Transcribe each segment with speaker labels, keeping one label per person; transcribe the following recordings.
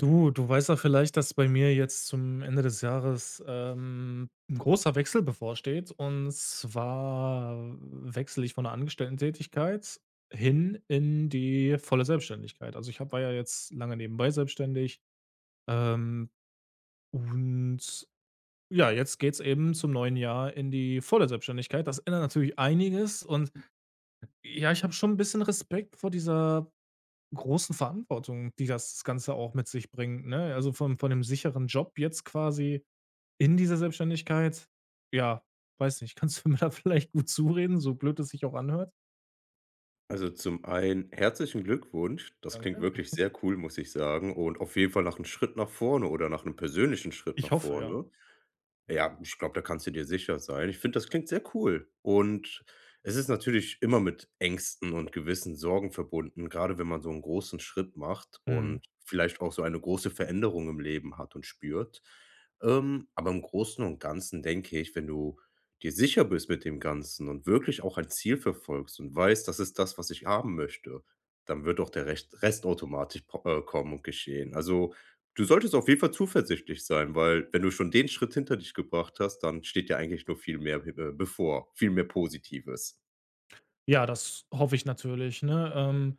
Speaker 1: Du weißt ja vielleicht, dass bei mir jetzt zum Ende des Jahres, 'n großer Wechsel bevorsteht. Und zwar wechsle ich von der Angestellten-Tätigkeit hin in die volle Selbstständigkeit. Also, ich habe war ja jetzt lange nebenbei selbstständig, ähm, und ja, jetzt geht's eben zum neuen Jahr in die volle Selbstständigkeit. Das ändert natürlich einiges, und ja, ich habe schon ein bisschen Respekt vor dieser großen Verantwortung, die das Ganze auch mit sich bringt, ne? Also, von dem sicheren Job jetzt quasi in dieser Selbstständigkeit. Ja, weiß nicht, kannst du mir da vielleicht gut zureden, so blöd es sich auch anhört?
Speaker 2: Also, zum einen herzlichen Glückwunsch. Das klingt
Speaker 1: Danke.
Speaker 2: wirklich sehr cool, muss ich sagen und auf jeden Fall nach einem Schritt nach vorne oder nach einem persönlichen Schritt
Speaker 1: Ich
Speaker 2: nach
Speaker 1: hoffe, ja.
Speaker 2: vorne. Ja, ich glaube, da kannst du dir sicher sein. Ich finde, das klingt sehr cool. Und es ist natürlich immer mit Ängsten und gewissen Sorgen verbunden, gerade wenn man so einen großen Schritt macht
Speaker 1: Mhm.
Speaker 2: und vielleicht auch so eine große Veränderung im Leben hat und spürt. Aber im Großen und Ganzen denke ich, wenn du dir sicher bist mit dem Ganzen und wirklich auch ein Ziel verfolgst und weißt: „Das ist das, was ich haben möchte“, dann wird auch der Recht Rest automatisch po kommen und geschehen. Also, du solltest auf jeden Fall zuversichtlich sein, weil wenn du schon den Schritt hinter dich gebracht hast, dann steht dir eigentlich nur viel mehr, bevor, viel mehr Positives.
Speaker 1: Ja, das hoffe ich natürlich, ne?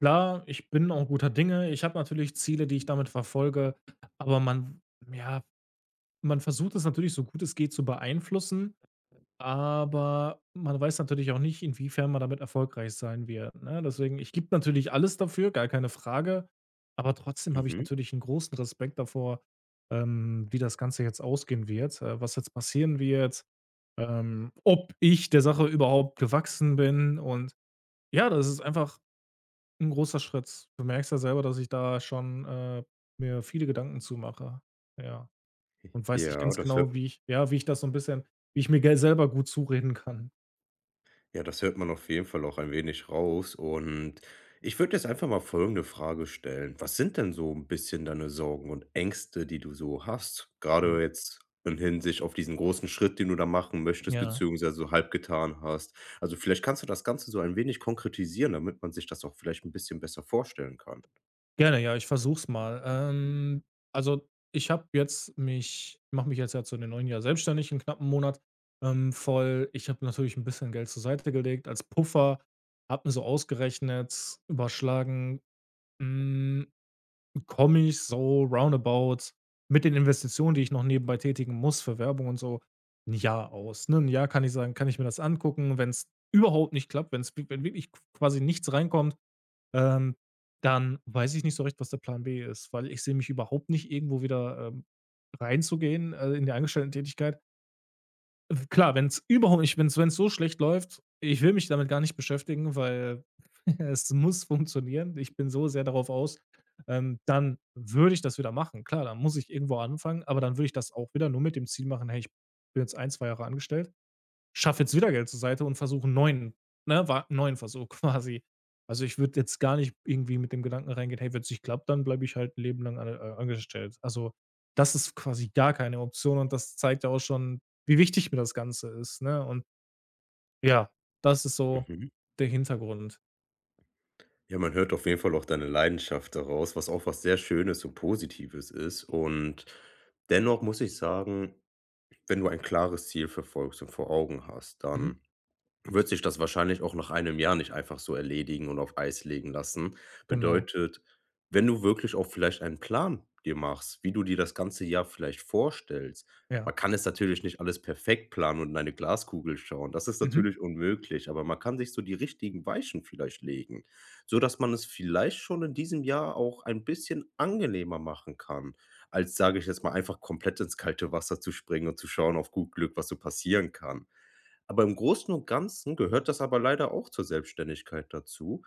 Speaker 1: Klar, ich bin auch guter Dinge. Ich habe natürlich Ziele, die ich damit verfolge, aber man ja, man versucht es natürlich so gut es geht zu beeinflussen. Aber man weiß natürlich auch nicht, inwiefern man damit erfolgreich sein wird, ne? Deswegen ich gebe natürlich alles dafür, gar keine Frage, aber trotzdem habe ich
Speaker 2: Mhm.
Speaker 1: natürlich einen großen Respekt davor, wie das Ganze jetzt ausgehen wird, was jetzt passieren wird, ob ich der Sache überhaupt gewachsen bin, und ja, das ist einfach ein großer Schritt. Du merkst ja selber, dass ich da schon, mir viele Gedanken zumache. Ja, und weiß nicht
Speaker 2: Ja,
Speaker 1: ganz
Speaker 2: das hört
Speaker 1: genau, wie ich ja, wie ich das so ein bisschen wie ich mir gel selber gut zureden kann.
Speaker 2: ja, das hört man auf jeden Fall auch ein wenig raus und ich würde jetzt einfach mal folgende Frage stellen: Was sind denn so ein bisschen deine Sorgen und Ängste, die du so hast, gerade jetzt in Hinsicht auf diesen großen Schritt, den du da machen möchtest,
Speaker 1: Ja,
Speaker 2: beziehungsweise so halb getan hast. Also, vielleicht kannst du das Ganze so ein wenig konkretisieren, damit man sich das auch vielleicht ein bisschen besser vorstellen kann.
Speaker 1: gerne, ja, ich versuch's mal. Also, ich habe jetzt mich mache mich jetzt ja zu dem neuen Jahr selbstständig, 'n knappen Monat, voll. Ich habe natürlich ein bisschen Geld zur Seite gelegt als Puffer, habe mir so ausgerechnet, überschlagen, hm, komme ich so roundabout mit den Investitionen, die ich noch nebenbei tätigen muss für Werbung und so, ein Jahr aus, ne? Ein Jahr, kann ich sagen, kann ich mir das angucken. Wenn es überhaupt nicht klappt, wenn wirklich quasi nichts reinkommt, Ähm, dann weiß ich nicht so recht, was der Plan B ist, weil ich sehe mich überhaupt nicht irgendwo wieder, reinzugehen, in die Angestellten-Tätigkeit. W Klar, wenn es so schlecht läuft, ich will mich damit gar nicht beschäftigen, weil es muss funktionieren. Ich bin so sehr darauf aus, dann würde ich das wieder machen. Klar, dann muss ich irgendwo anfangen, aber dann würde ich das auch wieder nur mit dem Ziel machen: „Hey, ich bin jetzt ein 2 Jahre angestellt, schaffe jetzt wieder Geld zur Seite und versuche einen neuen ne, wa neuen Versuch“ quasi. Also, ich würde jetzt gar nicht irgendwie mit dem Gedanken reingehen: „Hey, wenn's nicht klappt, dann bleibe ich halt 'n Leben lang an angestellt.“ Also, das ist quasi gar keine Option, und das zeigt ja auch schon, wie wichtig mir das Ganze ist, ne? Und ja, das ist so
Speaker 2: Mhm.
Speaker 1: der Hintergrund.
Speaker 2: Ja, man hört auf jeden Fall auch deine Leidenschaft daraus, was auch was sehr Schönes und Positives ist. Und dennoch muss ich sagen, wenn du ein klares Ziel verfolgst und vor Augen hast,
Speaker 1: Mhm.
Speaker 2: dann wird sich das wahrscheinlich auch nach einem Jahr nicht einfach so erledigen und auf Eis legen lassen.
Speaker 1: Genau,
Speaker 2: Bedeutet, wenn du wirklich auch vielleicht einen Plan dir machst, wie du dir das ganze Jahr vielleicht vorstellst.
Speaker 1: ja.
Speaker 2: Man kann es natürlich nicht alles perfekt planen und in eine Glaskugel schauen. Das ist
Speaker 1: Mhm.
Speaker 2: natürlich unmöglich, aber man kann sich so die richtigen Weichen vielleicht legen, so dass man es vielleicht schon in diesem Jahr auch ein bisschen angenehmer machen kann, als sage ich jetzt mal einfach komplett ins kalte Wasser zu springen und zu schauen auf gut Glück, was so passieren kann. Aber im Großen und Ganzen gehört das aber leider auch zur Selbstständigkeit dazu.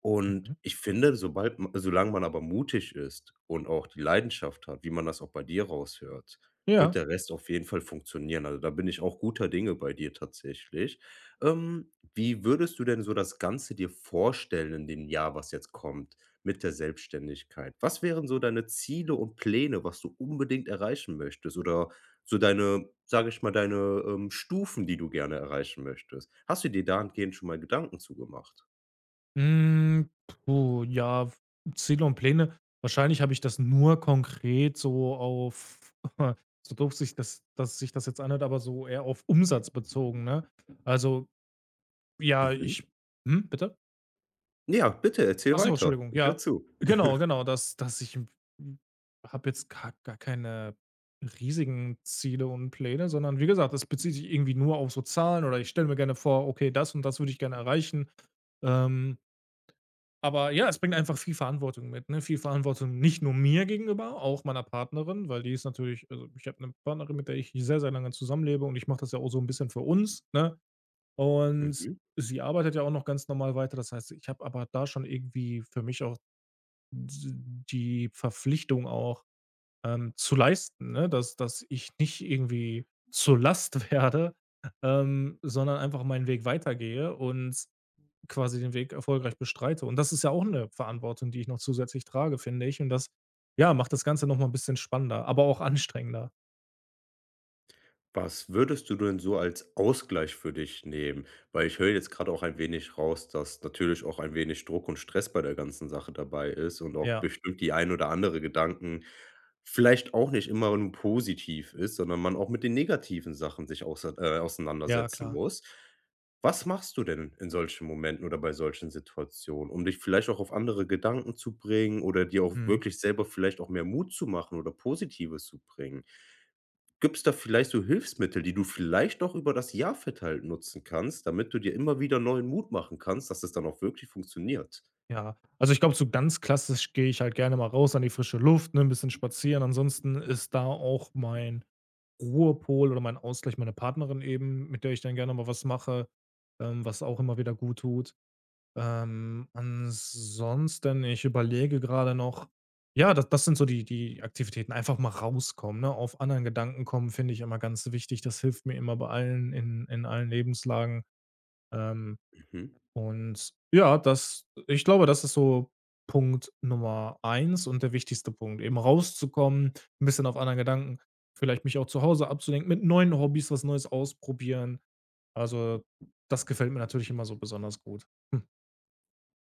Speaker 2: Und
Speaker 1: Mhm.
Speaker 2: ich finde, sobald ma solange man aber mutig ist und auch die Leidenschaft hat, wie man das auch bei dir raushört, wird
Speaker 1: Ja.
Speaker 2: der Rest auf jeden Fall funktionieren. Also, da bin ich auch guter Dinge bei dir tatsächlich. Wie würdest du denn so das Ganze dir vorstellen in dem Jahr, was jetzt kommt mit der Selbstständigkeit? Was wären so deine Ziele und Pläne, was du unbedingt erreichen möchtest? Oder so deine, sage ich mal, deine, Stufen, die du gerne erreichen möchtest. Hast du dir dahingehend schon mal Gedanken zugemacht?
Speaker 1: Hm, ja, f Ziele und Pläne. Wahrscheinlich habe ich das nur konkret so auf so doof sich das dass sich das jetzt anhört, aber so eher auf Umsatz bezogen, ne? Also, ja,
Speaker 2: Mhm.
Speaker 1: bitte?
Speaker 2: Ja, bitte erzähl
Speaker 1: Achso,
Speaker 2: weiter.
Speaker 1: Entschuldigung,
Speaker 2: Ich höre
Speaker 1: ja.
Speaker 2: zu.
Speaker 1: Genau, genau, dass ich habe jetzt gar keine riesigen Ziele und Pläne, sondern wie gesagt, das bezieht sich irgendwie nur auf so Zahlen, oder ich stelle mir gerne vor: „Okay, das und das würde ich gerne erreichen.“ Ähm Aber ja, es bringt einfach viel Verantwortung mit, ne? Viel Verantwortung nicht nur mir gegenüber, auch meiner Partnerin, weil die ist natürlich also, ich habe eine Partnerin, mit der ich sehr, sehr lange zusammenlebe, und ich mache das ja auch so ein bisschen für uns, ne? Und
Speaker 2: Mhm.
Speaker 1: sie arbeitet ja auch noch ganz normal weiter. Das heißt, ich habe aber da schon irgendwie für mich auch d die Verpflichtung auch, zu leisten, ne, dass ich nicht irgendwie zur Last werde, sondern einfach meinen Weg weitergehe und quasi den Weg erfolgreich bestreite. Und das ist ja auch eine Verantwortung, die ich noch zusätzlich trage, finde ich. Und das, ja, macht das Ganze noch mal 'n bisschen spannender, aber auch anstrengender.
Speaker 2: Was würdest du denn so als Ausgleich für dich nehmen? Weil ich höre jetzt gerade auch ein wenig raus, dass natürlich auch ein wenig Druck und Stress bei der ganzen Sache dabei ist und auch
Speaker 1: Ja,
Speaker 2: bestimmt die ein oder andere Gedanken vielleicht auch nicht immer nur positiv ist, sondern man auch mit den negativen Sachen sich außer
Speaker 1: ja,
Speaker 2: auseinandersetzen
Speaker 1: klar.
Speaker 2: muss. Was machst du denn in solchen Momenten oder bei solchen Situationen, um dich vielleicht auch auf andere Gedanken zu bringen oder dir auch
Speaker 1: Mhm.
Speaker 2: wirklich selber vielleicht auch mehr Mut zu machen oder Positives zu bringen? Gibt es da vielleicht so Hilfsmittel, die du vielleicht noch über das Jahr verteilt nutzen kannst, damit du dir immer wieder neuen Mut machen kannst, dass es dann auch wirklich funktioniert?
Speaker 1: Ja, also, ich glaube, so ganz klassisch gehe ich halt gerne mal raus an die frische Luft, ne, 'n bisschen spazieren. Ansonsten ist da auch mein Ruhepol oder mein Ausgleich meine Partnerin eben, mit der ich dann gerne mal was mache, was auch immer wieder gut tut. Ansonsten, ich überlege gerade noch, ja, das sind so die Aktivitäten. Einfach mal rauskommen, ne? Auf anderen Gedanken kommen, finde ich immer ganz wichtig. Das hilft mir immer bei allen in allen Lebenslagen. Ähm,
Speaker 2: Mhm.
Speaker 1: und ja, das ich glaube, das ist so Punkt Nummer eins und der wichtigste Punkt, eben rauszukommen, ein bisschen auf anderen Gedanken, vielleicht mich auch zu Hause abzulenken, mit neuen Hobbys was Neues ausprobieren. Also, das gefällt mir natürlich immer so besonders gut. Hm.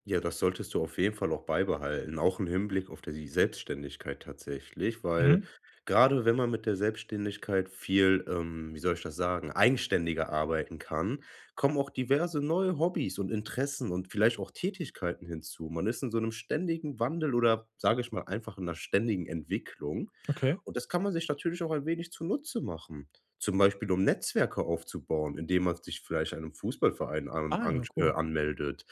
Speaker 2: Ja, das solltest du auf jeden Fall auch beibehalten, auch im Hinblick auf die Selbstständigkeit tatsächlich, weil
Speaker 1: Mhm.
Speaker 2: gerade wenn man mit der Selbstständigkeit viel, wie soll ich das sagen, eigenständiger arbeiten kann, kommen auch diverse neue Hobbys und Interessen und vielleicht auch Tätigkeiten hinzu. Man ist in so einem ständigen Wandel oder, sage ich mal, einfach in 'ner ständigen Entwicklung
Speaker 1: Okay.
Speaker 2: und das kann man sich natürlich auch ein wenig zunutze machen. Zum Beispiel, um Netzwerke aufzubauen, indem man sich vielleicht einem Fußballverein an
Speaker 1: Ah ja,
Speaker 2: ansch
Speaker 1: cool.
Speaker 2: anmeldet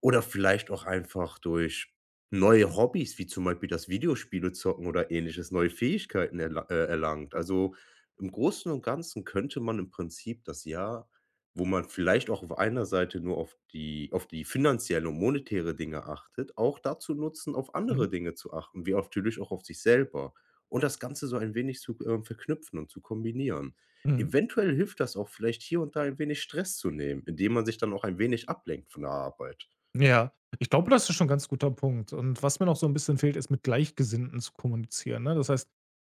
Speaker 2: oder vielleicht auch einfach durch neue Hobbys, wie zum Beispiel das Videospiele zocken oder Ähnliches, neue Fähigkeiten erlangt. Also, im Großen und Ganzen könnte man im Prinzip das Jahr, wo man vielleicht auch auf einer Seite nur auf die finanzielle und monetäre Dinge achtet, auch dazu nutzen, auf andere
Speaker 1: Mhm.
Speaker 2: Dinge zu achten, wie natürlich auch auf sich selber und das Ganze so ein wenig zu, verknüpfen und zu kombinieren.
Speaker 1: Mhm.
Speaker 2: Eventuell hilft das auch vielleicht hier und da ein wenig Stress zu nehmen, indem man sich dann auch ein wenig ablenkt von der Arbeit.
Speaker 1: Ja, ich glaube, das ist schon 'n ganz guter Punkt. Und was mir noch so ein bisschen fehlt, ist, mit Gleichgesinnten zu kommunizieren, ne? Das heißt,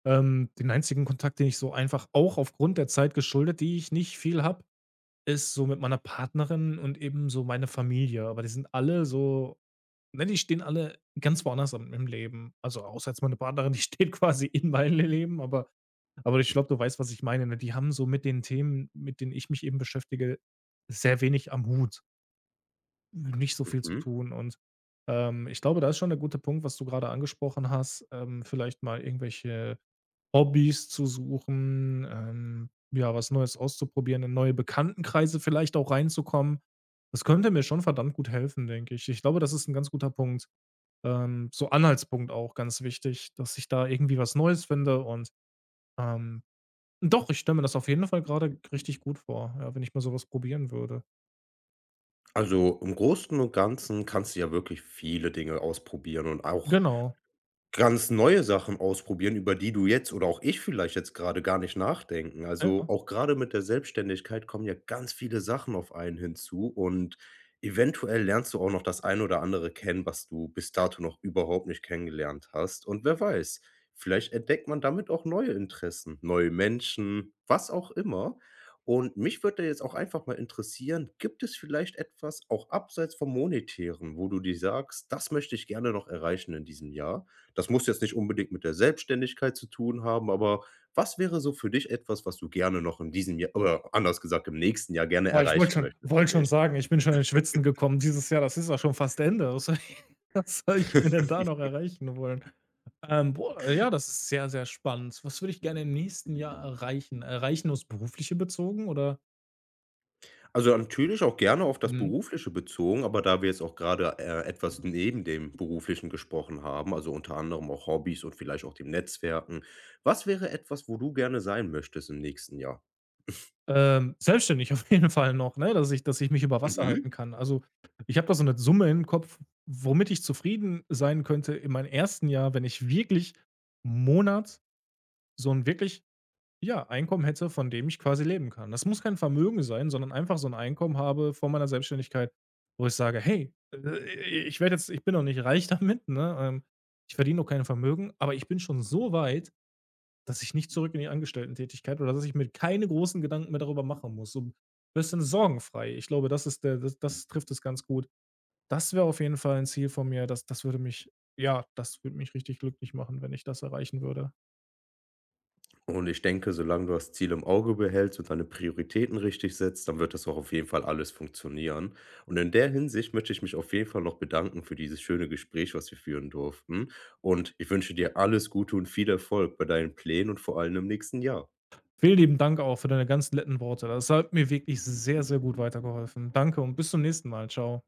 Speaker 1: den einzigen Kontakt, den ich so einfach auch aufgrund der Zeit geschuldet, die ich nicht viel habe, ist so mit meiner Partnerin und eben so meine Familie. Aber die sind alle so ne, die stehen alle ganz woanders im Leben. Also, außer jetzt meine Partnerin, die steht quasi in meinem Leben, aber ich glaube, du weißt, was ich meine, ne? Die haben so mit den Themen, mit denen ich mich eben beschäftige, sehr wenig am Hut. Nicht so viel zu
Speaker 2: Mhm.
Speaker 1: tun, und, ich glaube, da ist schon der gute Punkt, was du gerade angesprochen hast, vielleicht mal irgendwelche Hobbys zu suchen, ja, was Neues auszuprobieren, in neue Bekanntenkreise vielleicht auch reinzukommen. Das könnte mir schon verdammt gut helfen, denke ich. Ich glaube, das ist ein ganz guter Punkt. So Anhaltspunkt auch ganz wichtig, dass ich da irgendwie was Neues finde, und, ähm doch, ich stelle mir das auf jeden Fall gerade richtig gut vor, ja, wenn ich mal sowas probieren würde.
Speaker 2: Also, im Großen und Ganzen kannst du ja wirklich viele Dinge ausprobieren und auch
Speaker 1: Genau.
Speaker 2: ganz neue Sachen ausprobieren, über die du jetzt oder auch ich vielleicht jetzt gerade gar nicht nachdenken. Also,
Speaker 1: Ja.
Speaker 2: auch gerade mit der Selbstständigkeit kommen ja ganz viele Sachen auf einen hinzu und eventuell lernst du auch noch das ein oder andere kennen, was du bis dato noch überhaupt nicht kennengelernt hast. Und wer weiß, vielleicht entdeckt man damit auch neue Interessen, neue Menschen, was auch immer. Und mich würde jetzt auch einfach mal interessieren, gibt es vielleicht etwas auch abseits vom Monetären, wo du dir sagst: „Das möchte ich gerne noch erreichen in diesem Jahr?“ Das muss jetzt nicht unbedingt mit der Selbstständigkeit zu tun haben, aber was wäre so für dich etwas, was du gerne noch in diesem Jahr oder anders gesagt im nächsten Jahr gerne
Speaker 1: Boah, ich
Speaker 2: erreichen möchtest für
Speaker 1: wollte schon
Speaker 2: dich?
Speaker 1: sagen, ich bin schon ins Schwitzen gekommen dieses Jahr, das ist ja schon fast Ende. Was soll ich was soll ich mir denn da noch erreichen wollen? Boah, ja, das ist sehr, sehr spannend. Was würde ich gerne im nächsten Jahr erreichen? Erreichen aufs Berufliche bezogen oder
Speaker 2: Also, natürlich auch gerne auf das
Speaker 1: mhm.
Speaker 2: Berufliche bezogen, aber da wir jetzt auch gerade etwas neben dem Beruflichen gesprochen haben, also unter anderem auch Hobbys und vielleicht auch dem Netzwerken. Was wäre etwas, wo du gerne sein möchtest im nächsten Jahr?
Speaker 1: Selbstständig auf jeden Fall noch, ne, dass ich mich über Wasser halten
Speaker 2: Mhm.
Speaker 1: kann. Also, ich habe da so 'ne Summe im Kopf, womit ich zufrieden sein könnte in meinem ersten Jahr, wenn ich wirklich Monat so 'n wirklich ja, Einkommen hätte, von dem ich quasi leben kann. Das muss kein Vermögen sein, sondern einfach so ein Einkommen habe vor meiner Selbstständigkeit, wo ich sage: „Hey, ich werde jetzt ich bin noch nicht reich damit, ne? Ich verdiene noch kein Vermögen, aber ich bin schon so weit, dass ich nicht zurück in die Angestellten-Tätigkeit oder dass ich mir keine großen Gedanken mehr darüber machen muss.“ So 'n bisschen sorgenfrei. Ich glaube, das trifft es ganz gut. Das wäre auf jeden Fall ein Ziel von mir. Das das würde mich ja, das würde mich richtig glücklich machen, wenn ich das erreichen würde.
Speaker 2: Und ich denke, solange du das Ziel im Auge behältst und deine Prioritäten richtig setzt, dann wird das auch auf jeden Fall alles funktionieren. Und in der Hinsicht möchte ich mich auf jeden Fall noch bedanken für dieses schöne Gespräch, was wir führen durften. Und ich wünsche dir alles Gute und viel Erfolg bei deinen Plänen und vor allem im nächsten Jahr.
Speaker 1: Vielen lieben Dank auch für deine ganz netten Worte. Das hat mir wirklich sehr, sehr gut weitergeholfen. Danke und bis zum nächsten Mal. Ciao.